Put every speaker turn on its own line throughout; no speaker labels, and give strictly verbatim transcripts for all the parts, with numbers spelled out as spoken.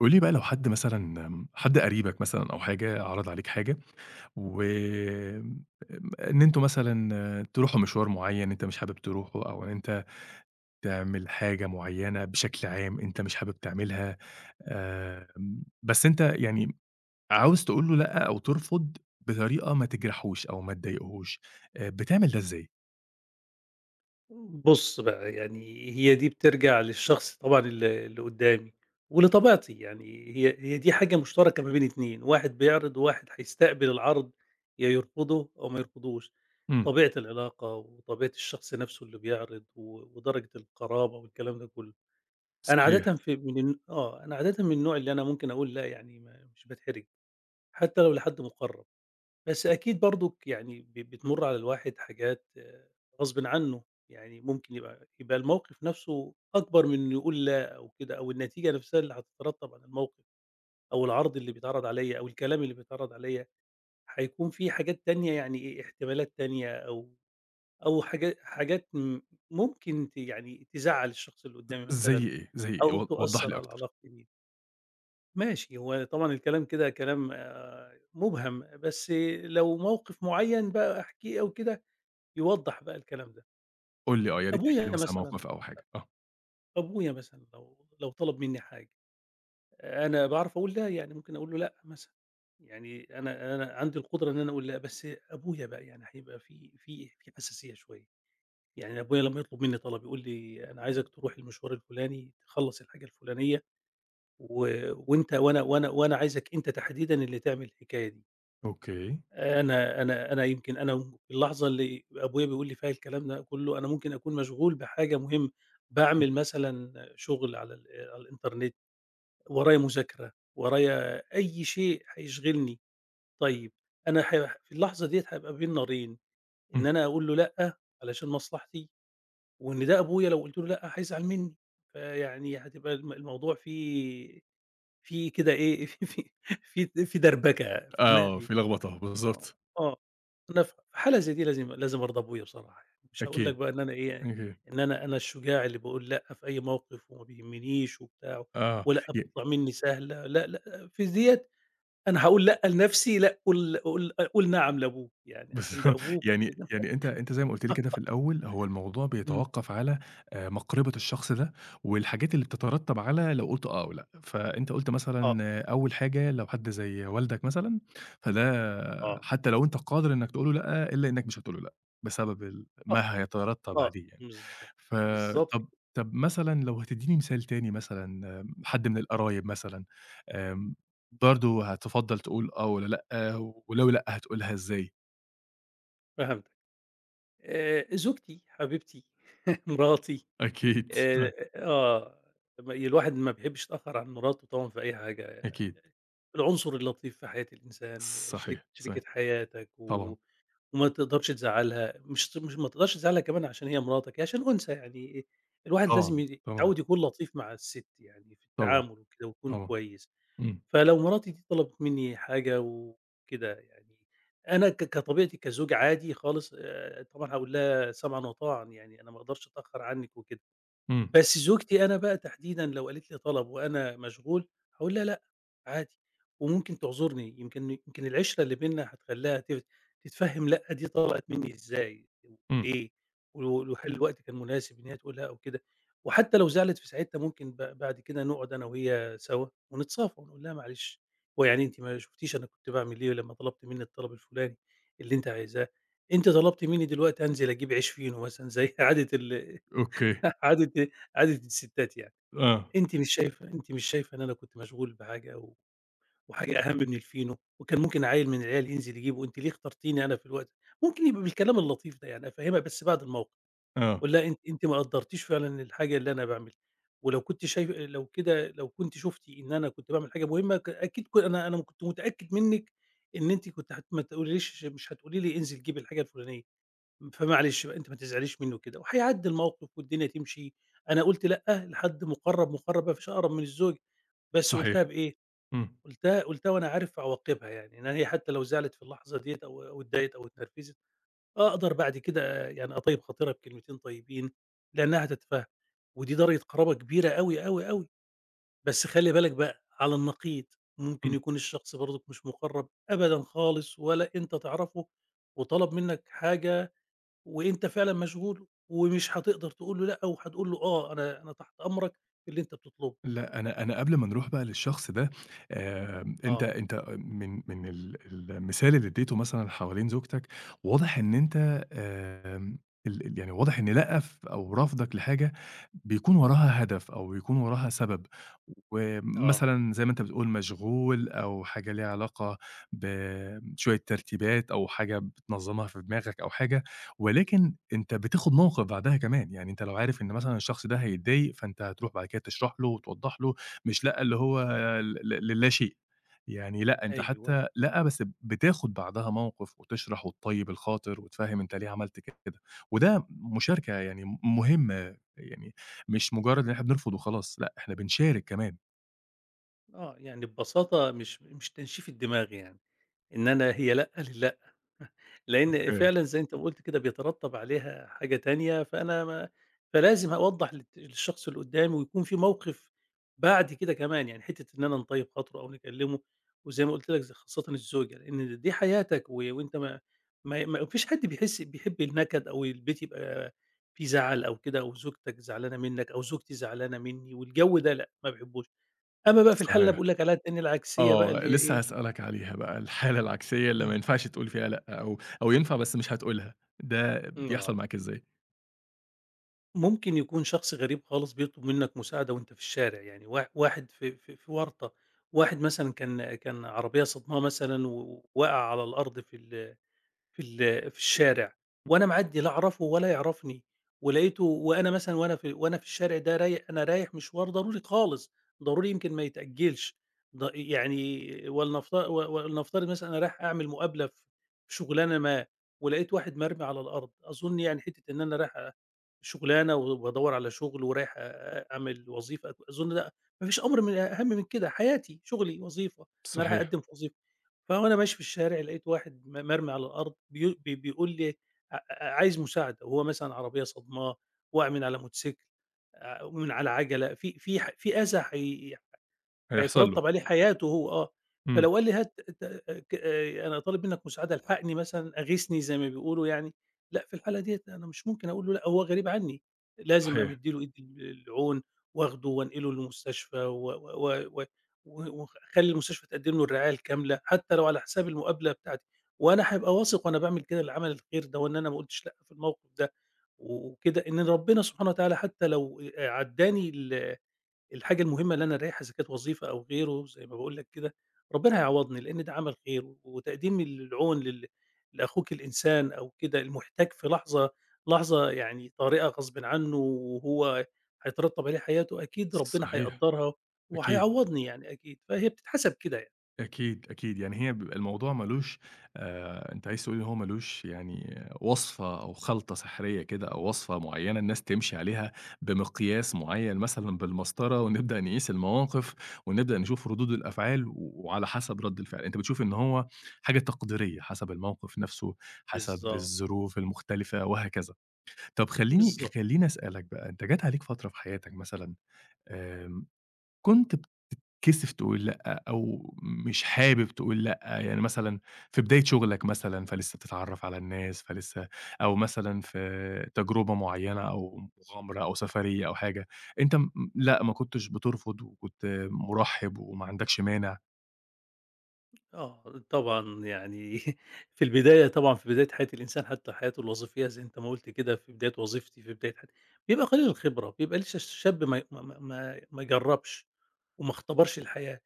قولي بقى لو حد مثلًا آمم، حد قريبك مثلًا أو حاجة عرض عليك حاجة و آمم، إن أنتم مثلًا تروحوا مشوار معيّن أنت مش حابب تروحه أو إن أنت تعمل حاجة معيّنة بشكل عام أنت مش حابب تعملها، آمم، بس أنت يعني عاوز تقول له لأ أو ترفض بطريقة ما تجرحوش أو ما تضايقهوش، آآ، بتعمل ده إزاي؟
بُص بقى، يعني هي دي بترجع للشخص طبعًا ال اللي قدّامي ولطبيعتي، يعني هي هي دي حاجة مشتركة ما بين اتنين، واحد بيعرض وواحد هيستقبل العرض يا يرفضه أو ما يرفضوش،
إمم،
طبيعة العلاقة وطبيعة الشخص نَفْسه اللي بيعرض و ودرجة القرابة والكلام ده كُلّه. أنا
صحيح،
عادةً في من الن آه، أنا عادةً من النوع اللي أنا ممكن أقول لأ، يعني ما مش باتحرج، حتى لو لحد مُقرّب. بس أكيد برضُك يعني ب بتمُر على الواحد حاجات آه، غصبٍ عنّه، يعني ممكن يبقى يبقى الموقف نَفْسه أكبر من إنه يقول لأ أو كده، أو النتيجة نَفْسها اللي هتترتّب على الموقف أو العرض اللي بيتعرض عليّا أو الكلام اللي بيتعرض عليّا، هيكون في حاجات تانية يعني إيه، احتمالات تانية أو أو حاجا حاجات م ممكن ت يعني تزعّل الشخص اللي قُدّامي مثلًا
زي إيه، زي إيه؟
أو
و وضّح
تؤثّر
لي
على
أكتر،
علاقتي بيه. ماشي، هو طبعًا الكلام كده كلام آآ مُبهم، بس لو موقِف معيّن بقى أحكيه أو كده يوضّح بقى الكلام ده.
قُل لي آه، يا ريت تحكي لي
أبويا
مثلًا
مثلًا،
موقف أو حاجة، آه،
أبويا مثلًا لو لو طلب منّي حاجة، أنا باعرف أقول لأ، يعني ممكن أقول له لأ مثلًا، يعني أنا أنا عندي القدرة إن أنا أقول لأ، بس أبويا بقى يعني هيبقى في في في حساسية شوية، يعني أبويا لمّا يطلب منّي طلب يقول لي: "أنا عايزك تروح المشوار الفُلاني، تخلّص الحاجة الفُلانية و وأنت وأنا وأنا وأنا عايزك أنت تحديدًا اللي تعمل الحكاية دي."
أوكي،
أنا أنا أنا يمكن أنا في اللحظة اللي أبويا بيقول لي فيها الكلام ده كله، أنا ممكن أكون مشغول بحاجة مهمة، باعمل مثلًا شغل على ال على الإنترنت، ورايا مذاكرة، ورايا أي شيء هيشغلني. طيب أنا ح في اللحظة ديّة هابقى بين نارين، إن
إمم.
أنا أقول له لأ علشان مصلحتي، وإن ده أبويا لو قُلت له لأ هيزعل منّي، فيعني هتبقى الم الموضوع فيه فيه كده إيه، في في في دربكة في
آه،
دماغي.
في لخبطة،
آه،
بالضبط،
آه، أنا في حالة زي دي لازم لازم أرضى بأبويا بصراحة يعني، مش هاقول لك
أكيد،
بقى إن أنا إيه،
أكيد،
إن أنا أنا الشجاع اللي باقول لأ في أي موقف وما بيهمنيش وبتاع،
آه،
ولأ
ي
بتطلع مني سهلة، لأ، لأ، في ديّة أنا هاقول لأ لنفسي، لأ قُل قُل قُل نعم لأبوك، يعني عشان ده
بالضبط،
أبوك
يعني
وكده إمم.
يعني أنت أنت زي ما قُلت لي كده في الأول، هو الموضوع بيتوقّف على آآ، مقربة الشخص ده، والحاجات اللي بتترتب على لو قُلت آه أو لأ، فأنت قُلت
آه،
مثلًا أول حاجة لو حد زي والدك مثلًا، فده
آه،
حتى لو أنت قادر إنّك تقول له لأ، إلا إنّك مش هتقول له لأ، بسبب ال
آه،
ما هيترتب
آه،
عليه يعني.
بالضبط،
ف
بالضبط،
طَب طَب مثلًا لو هتدّيني مثال تاني مثلًا آمم، حد من القرايب مثلًا، آمم، برضه هتفضّل تقول آه والّا لأ، ولو لأ هتقولها إزاي؟
فهمتك. آآ، زوجتي، حبيبتي، مراتي
أكيد، أ
آآ آه. م الواحد ما بيحبّش يتأخّر عن مراته طبعًا في أي حاجة.
أكيد،
العنصر اللطيف في حياة الإنسان، شريك
صحيح،
شريكة
صحيح،
حياتك و
طبعًا،
وما تقدرش تزعّلها، مش ت مش ما تقدرش تزعّلها كمان عشان هي مراتك، هي عشان أُنثى يعني الواحد لازم
طبعًا،
ي
طبعًا،
يتعوّد يكون لطيف مع السِت يعني في
طبعًا،
التعامل وكده ويكون
طبعًا،
كويس.
إمم،
فلو مراتي دي طلبت منّي حاجة وكده يعني أنا ك كطبيعتي كزوج عادي خالص آآ طبعًا هاقول لها سمعًا وطاعًا، يعني أنا ما أقدرش أتأخّر عنِّك وكده.
إمم،
بس زوجتي أنا بقى تحديدًا لو قالت لي طلب وأنا مشغول، هاقول لها لأ، عادي، وممكن تعذرني يمكن يمكن العِشرة اللي بيننا هتخلّيها ت تتفهّم لأ دي طلعت مني إزاي
إمم،
وليه، و وهل الوقت كان مناسب إن هي تقول لأ أو كده، وحتى لو زعلت في ساعتها ممكن ب بعد كده نقعد أنا وهي سوا ونتصافى ونقول لها معلش، هو يعني أنتِ ما شُفتيش أنا كنت باعمل إيه لمّا طلبتِ مني الطلب الفلاني اللي أنتِ عايزاه، أنتِ طلبتِ مني دلوقتي أنزل أجيب عيش فينو مثلًا زي عادة ال
أوكي،
عادة عادة الستات يعني.
آه،
أنتِ مش شايفة أنتِ مش شايفة إن أنا كنت مشغول بحاجة و وحاجة أهم من الفينو، وكان ممكن عيّل من العيال ينزل يجيبه، أنتِ ليه اخترتيني أنا في الوقت ممكن يبقى بالكلام اللطيف ده يعني أفهّمها بس بعد الموقف،
آه،
أقول لها أنتِ أنتِ ما قدّرتيش فعلًا الحاجة اللي أنا باعملها، ولو كنتِ شايف لو كده لو كنتِ شُفتِ إن أنا كنت باعمل حاجة مهمة ك أكيد ك أنا أنا كنت متأكد منِّك إن أنتِ كنتِ هت ما تقوليليش مش هتقولي لي انزل جيب الحاجة الفلانية. فمعلش بقى أنتِ ما تزعليش منّه كده، وهيعدّي الموقف والدنيا تمشي، أنا قُلت لأ لحد مُقرّب، مُقرّب ما فيش أقرب من الزوجة، بس
صحيح،
قُلتها بإيه،
إمم،
قُلتها قُلتها وأنا عارف عواقبها يعني، إن هي حتى لو زعلت في اللحظة ديّة أو أو اتضايقت أو اتنرفزت، أقدر بعد كده يعني أطيّب خاطرها بكلمتين طيبين، لإنّها هتتفهّم، ودي درجة قرابة كبيرة أوي، أوي، أوي، بس خلّي بالِك بقى على النقيض، ممكن
إمم.
يكون الشخص برضك مش مُقرّب أبدًا خالص ولا أنت تعرفه، وطلب منّك حاجة وأنت فعلًا مشغول ومش هتقدر تقول له لأ، وهتقول له آه، أنا أنا تحت أمرك في اللي أنت بتطلبه.
لأ، أنا أنا قبل ما نروح بقى للشخص ده، آمم، أنت
آه،
أنت من من ال المثال اللي اديته مثلًا حوالين زوجتك، واضح إن أنت آمم، ال ال يعني واضح إن لأ ف أو رفضك لحاجة بيكون وراها هدف أو بيكون وراها سبب،
آه،
ومثلًا زي ما أنت بتقول مشغول أو حاجة ليها علاقة بشوية ترتيبات أو حاجة بتنظمها في دماغك أو حاجة ولكن أنت بتاخد موقف بعدها كمان، يعني أنت لو عارف إن مثلًا الشخص ده هيتضايق، فأنت هتروح بعد كده تشرح له وتوضّح له، مش لأ اللي هو ل ل للا شيء، يعني لأ،
أيوه.
أنت
أيوه،
حتى لأ، بس بتاخد بعدها موقف وتشرح وتطيّب الخاطر وتفهّم أنت ليه عملت كده، وده مشاركة يعني م مهمة، يعني مش مجرد إن إحنا بنرفض وخلاص، لأ، إحنا بنشارك كمان.
آه، يعني ببساطة مش مش تنشيف الدماغ يعني. إن أنا هي لأ للأ، لأن
أوكي،
فعلًا زي أنت ما قُلت كده بيترتب عليها حاجة تانية، فأنا ما فلازم أوضّح للت للشخص اللي قدّامي ويكون في موقف بعد كده كمان، يعني حتّة إن أنا نطيّب خاطره أو نكلمه، وزي ما قُلت لك ز خاصةً الزوجة، لإن دي حياتك و وأنت ما ما ما فيش حد بيحس بيحب النكد أو البيت يبقى فيه زعل أو كده أو زوجتك زعلانة منّك أو زوجتي زعلانة منّي والجو ده لأ، ما باحبوش. أمّا بقى في الحالة اللي أنا
صحيح.
باقول لك عليها التانية العكسية بقى اللي
آه،
هي
لسه
إيه
هاسألك عليها بقى، الحالة العكسية اللي ما ينفعش تقول فيها لأ، أو أو ينفع بس مش هتقولها، ده
إمم، آه.
بيحصل معاك إزاي؟
ممكن يكون شخص غريب خالص بيطلب منك مساعدة وأنت في الشارع، يعني وا واحد في في في ورطة، واحد مثلًا كان كان عربية صدماه مثلًا و ووقع على الأرض في ال في ال في الشارع، وأنا معدّي لا أعرفه ولا يعرفني، ولقيته وأنا مثلًا وأنا في وأنا في الشارع ده رايح أنا رايح مشوار ضروري خالص، ضروري يمكن ما يتأجّلش، ض يعني ولنفت و ولنفترض مثلًا أنا رايح أعمل مقابلة في في شُغلانة ما، ولقيت واحد مرمي على الأرض، أظن يعني حتّة إن أنا رايح أ شُغلانة وبادوّر على شُغل ورايح أ أ- أعمل وظيفة، أظن لأ، ما فيش أمر من أهَم من كده، حياتي، شُغلي، وظيفة، أنا رايح
صحيح،
أقدّم في وظيفة. فوأنا ماشي في الشارع لقيت واحد م مرمي على الأرض بيو بي بيقول لي ع عايز مساعدة، وهو مثلًا عربية صادماه، واقع من على موتوسيكل، آآ من على عجلة، في في ح في أذى حي
هيحصل له،
هيترتب عليه حياته هو آه،
إمم،
فلو قال لي هات ت ك آآ أنا طالب منك مساعدة الحقني مثلًا، أغيثني زي ما بيقولوا يعني، لأ في الحالة ديّة أنا مش ممكن أقول له لأ، هو غريب عني، لازم
صحيح،
أمد له إيدي ال العون وآخده وأنقله للمستشفى و و و و و واخلّي المستشفى تقدم له الرعاية الكاملة، حتى لو على حساب المقابلة بتاعتي، وأنا هابقى واثق وأنا باعمل كده العمل الخير ده وإن أنا ما قُلتش لأ في الموقف ده، و وكده إن ربنا سبحانه وتعالى حتى لو آآ عدّاني ال الحاجة المهمة اللي أنا أريّحها إذا كانت وظيفة أو غيره زي ما باقول لك كده، ربنا هيعوّضني لإن ده عمل خير، وتقديم العون لل لأخوك الإنسان أو كده المُحتاج في لحظة لحظة يعني طارئة غصبٍ عنّه وهو هيترتّب عليها حياته، أكيد ربنا
صحيح،
هيقدّرها
أكيد.
وهيعوّضني يعني أكيد، فهي بتتحسب كده يعني.
أكيد، أكيد، يعني هي بيبقى الموضوع ما لوش آآ، أنت عايز تقول إن هو ما لوش يعني وصفة أو خلطة سحرية كده أو وصفة معيّنة الناس تمشي عليها بمقياس معيّن مثلًا بالمسطرة ونبدأ نقيس المواقف ونبدأ نشوف ردود الأفعال و- وعلى حسب رَد الفعل، أنت بتشوف إن هو حاجة تقديرية حسب الموقف نفسه، حسب
بالضبط،
الظروف المختلفة وهكذا. طب خلّيني
بالضبط.
خلّيني أسألك بقى، أنت جات عليك فترة في حياتك مثلًا آمم، كنت كسف تقول لأ، أو مش حابب تقول لأ، يعني مثلًا في بداية شغلك مثلًا، فلسه بتتعرّف على الناس، فلسه أو مثلًا في تجربة معيّنة أو مغامرة أو سفرية أو حاجة، أنت م لأ، ما كنتش بترفض وكنت مُرحِّب وما عندكش مانع.
آه، طبعًا يعني في البداية طبعًا في بداية حياة الإنسان حتى حياته الوظيفية زي أنت ما قُلت كده في بداية وظيفتي، في بداية حياتي، بيبقى قليل الخبرة، بيبقى لسه الشاب ما ما ما ما جرّبش وما اختبرش الحياة.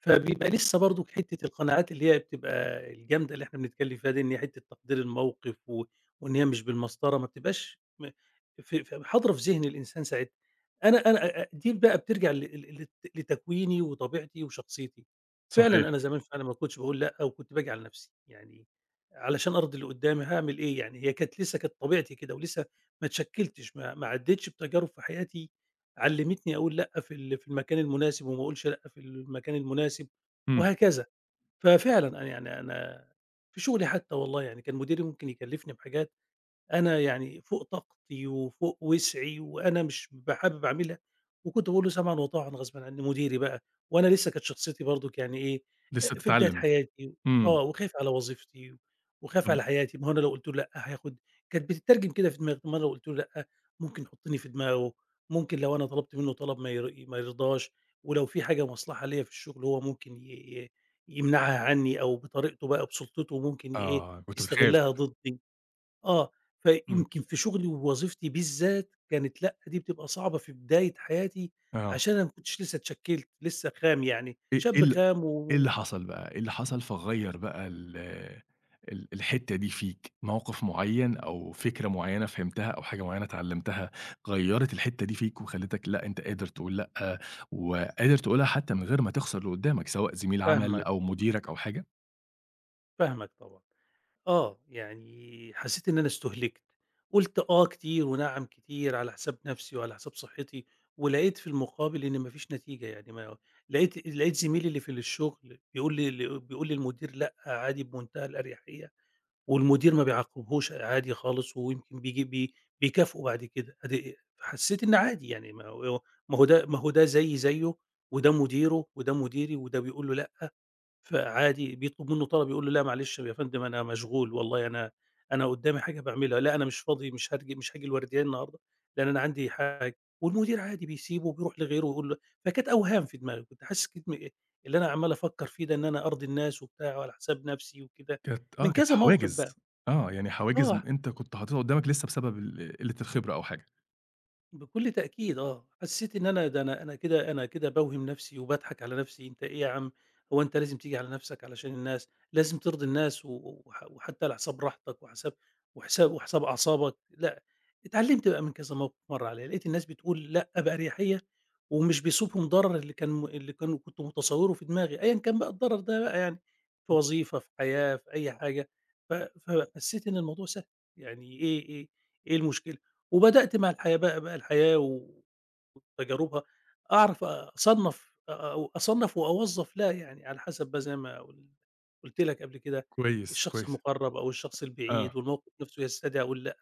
فبيبقى لسه برضه حتة القناعات اللي هي بتبقى الجامدة اللي إحنا بنتكلّم فيها دي، إن هي حتة تقدير الموقف و وإن هي مش بالمسطرة ما بتبقاش م في في حاضرة في ذهن الإنسان ساعتها. أنا أنا أ دي بقى بترجع ل ل لت لتكويني وطبيعتي وشخصيتي. فعلًا
صحيح،
أنا زمان فعلًا ما كنتش باقول لأ وكنت باجي على نَفْسي. يعني علشان أرضي اللي قُدّامي هاعمل إيه يعني، هي كانت لسه كانت طبيعتي كده ولسه ما اتشكِّلتش، ما ما عدّيتش بتجارب في حياتي علّمتني أقول لأ في ال في المكان المناسب وما أقولش لأ في المكان المناسب
إمم،
وهكذا. ففعلًا أنا يعني أنا في شغلي حتى والله يعني كان مديري ممكن يكلّفني بحاجات أنا يعني فوق طاقتي وفوق وسعي وأنا مش بابقى حابب أعملها، وكنت باقول له سمعًا وطاعًا غصبًا عنّي مديري بقى، وأنا لسه كانت شخصيتي برضُك يعني إيه،
لسه
آآ في بداية
بتتعلّم،
حياتي
إمم،
آه، وخايف على وظيفتي وخايف
طب
على حياتي، ما هو أنا لو قُلت له لأ هياخد كانت بتترجم كده في دماغي، طب ما أنا لو قُلت له لأ ممكن يحطني في دماغه، ممكن لو أنا طلبت منه طلب ما ير ما يرضاش، ولو في حاجة مصلحة ليّا في الشغل هو ممكن ي ي يمنعها عني أو بطريقته بقى بسُلطته ممكن ي إيه،
آه، كنت بتخاف،
يستغلها ضدي. آه،
إمم،
فيمكن في شغلي ووظيفتي بالذات كانت لأ، دي بتبقى صعبة في بداية حياتي،
آه،
عشان أنا ما كنتش لسه اتشكِّلت، لسه خام يعني،
إيه إيه
شاب
ال
خام
إيه
و
اللي حصل بقى؟ إيه اللي حصل فغيّر بقى ال ال الحتّة دي فيك؟ موقف معيّن أو فكرة معيّنة فهمتها أو حاجة معيّنة اتعلّمتها غيّرت الحتّة دي فيك وخلّتك لأ، أنت قادر تقول لأ، وقادر تقولها حتّى من غير ما تخسر اللي قدّامك سواء زميل عمل
فاهمك،
أو مديرك أو حاجة؟
فاهمك طبعًا. آه، يعني حسيت إن أنا استُهلكت، قُلت آه كتير ونعم كتير على حساب نفسي وعلى حساب صحتي، ولقيت في المقابل إن ما فيش نتيجة يعني ما لقيت لقيت زميلي اللي في الشغل بيقول لي ل بيقول للمدير لأ عادي بمنتهى الأريحية. والمدير ما بيعاقبهوش عادي خالص ويمكن بيجي بي بيكافئه بعد كده أدي حسيت إن عادي يعني ما هو ما هو ده ما هو ده زيي زيه وده مديره وده مديري وده بيقول له لأ، فعادي بيطلب منه طلب يقول له لأ معلش يا فندم أنا مشغول والله أنا أنا قدامي حاجة باعملها، لأ أنا مش فاضي مش هاجي مش هاجي الورديان النهارده لأن أنا عندي حاجة، والمدير عادي بيسيبه وبيروح لغيره ويقول له فكانت أوهام في دماغي، كنت حاسس كده اللي أنا عمال أفكر فيه ده إن أنا أرضي الناس وبتاع وعلى حساب نفسي وكده،
كانت
من
آه، كانت
كذا موقف
حواجز،
بقى.
آه، يعني حواجز
آه،
م أنت كنت حاططها قدّامك لسّه بسبب ال قِلّة الخبرة أو حاجة.
بكل تأكيد آه، حسّيت إن أنا ده أنا أنا كده أنا كده باوهم نَفْسي وباضحك على نَفْسي، أنت إيه يا عم، هو أنت لازم تيجي على نَفْسك علشان الناس، لازم ترضي الناس و وح وحتّى على حساب راحتك وحساب وحساب وحساب أعصابك، لأ، اتعلّمت بقى من كذا موقِف مَر عليّا، لقيت الناس بتقول لأ بأريحيّة ومش بيصيبهم ضرر اللي كان م اللي كان كنت متصوّره في دماغي، أيًا كان بقى الضرر ده بقى يعني، في وظيفة، في حياة، في أي حاجة، ف فحسّيت إن الموضوع سهل، يعني إيه إيه إيه المشكلة وبدأت مع الحياة بقى بقى الحياة و وتجاربها أعرف أصنّف أ أو أصنّف وأوظّف لأ، يعني على حسب بقى زي ما قل قُلت لك قبل كده،
كويس،
الشخص
كويس.
المقرّب أو الشخص
آه،
البعيد والموقف نفسه يستدعي أقول لأ،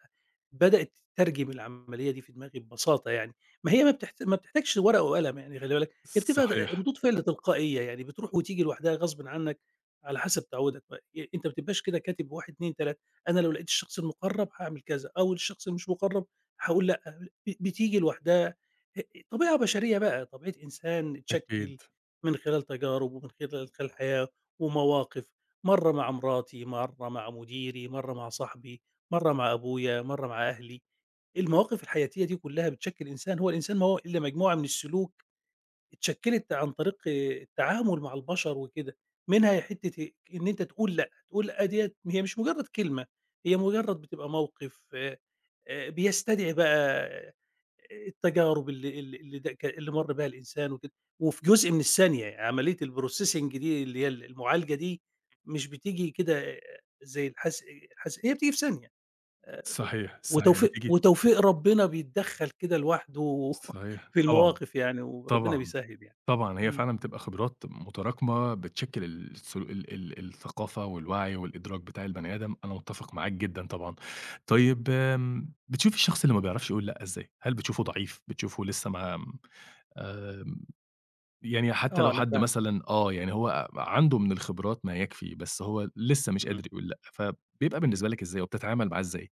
بدأت تترجم العملية دي في دماغي ببساطة يعني، ما هي ما بتحت ما بتحتاجش ورقة وقلم يعني خلّي بالك، هي بتبقى د
صحيح،
ردود فِعل تلقائية يعني بتروح وتيجي لوحدها غصبٍ عنّك على حسب تعوّدك بقى، أ أنت ما بتبقاش كده كاتب واحد، اتنين، تلاتة أنا لو لقيت الشخص المقرّب هاعمل كذا، أو الشخص اللي مش مقرّب هاقول لأ، ب بتيجي لوحدها أ طبيعة بشرية بقى، طبيعة إنسان
أكيد.
اتشكِّل من خلال تجارب ومن خلال خلال الحياة ومواقف، مرّة مع مراتي، مرّة مع مديري، مرّة مع صاحبي، مرّة مع أبويا، مرّة مع أهلي، المواقف الحياتية دي كلّها بتشكِّل إنسان، هو الإنسان ما هو إلا مجموعة من السلوك اتشكلت عن طريق التعامل مع البشر وكده، منها حتّة إن أنت تقول لأ، تقول لأ ديّة هي مش مجرّد كلمة، هي مجرّد بتبقى موقف آآ، بيستدعي بقى التجارب اللي ال اللي د ك اللي مَر بيها الإنسان وكده، وفي جزء من الثانية، يعني عملية الprocessing دي اللي هي المعالجة دي مش بتيجي كده زي الحس الحس هي بتيجي في ثانية. آآ،
صحيح، صحيح،
وتوفيق
بتيجي
وتوفيق ربنا بيتدخّل كده لوحده
صحيح،
في
طبعًا،
المواقف يعني وربنا
طبعًا.
بيسهّل يعني.
طبعًا، هي
إمم،
فعلًا بتبقى خبرات متراكمة بتشكِّل السل ال ال الثقافة والوعي والإدراك بتاع البني آدم، أنا متّفق معاك جدًا طبعًا. طيب آمم، بتشوف الشخص اللي ما بيعرفش يقول لأ إزاي؟ هل بتشوفه ضعيف، بتشوفه لسه ما م آمم، يعني حتى
آه
لو
أنا
حد
فاهمِك،
مثلًا آه، يعني هو عنده من الخبرات ما يكفي، بس هو لسه مش
إمم،
قادر يقول لأ، فبيبقى
أيوه.
بالنسبة لك إزاي وبتتعامل معاه إزاي؟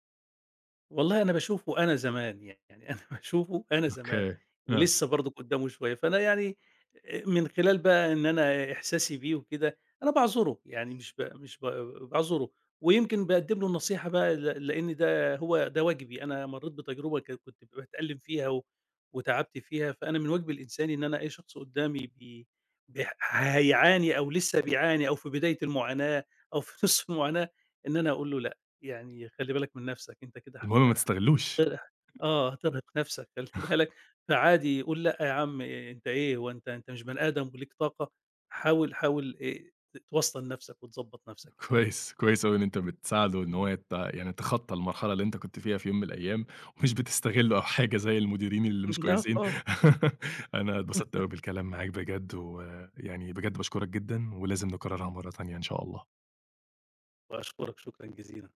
والله أنا باشوفه أنا زمان، يعني أنا باشوفه أنا زمان
أوكي، آه.
ولسه برضُك قدّامه شوية، فأنا يعني آآ من خلال بقى إن أنا إحساسي بيه وكده، أنا باعذره، يعني مش ب مش ب باعذره ويمكن باقدّم له النصيحة بقى ل لإن ده هو ده واجبي، أنا مرّيت بتجربة ك كنت باتألّم فيها و وتعبت فيها، فأنا من واجبي الإنساني إن أنا أي شخص قدّامي بي بيح هيعاني أو لسه بيعاني أو في بداية المعاناة أو في نُص المعاناة، إن أنا أقول له لأ. يعني خلّي بالك من نَفْسك، أنت كده
المهم ما
هت
تستغلّوش.
هترهق آه، هترهق نَفْسك خلّي بالك، فعادي قُل لأ يا عم إيه أنت إيه هو أنت أنت مش بني آدم وليك طاقة، حاول حاول آآ ت توَسطن نَفْسك وتضبّط نَفْسك يعني.
كويس، كويس أوي إن أنت بتساعده إن هو
اهم،
يت يعني يتخطى المرحلة اللي أنت كنت فيها في يوم من الأيام، ومش بتستغله أو حاجة زي المديرين اللي مش
لأ
كويسين.
خالص،
أنا اتبسطت أوي بالكلام معاك بجد، ويعني بجد باشكرك جدًا، ولازم نكررها مرة تانية إن شاء الله.
باشكرك شكرًا جزيلًا.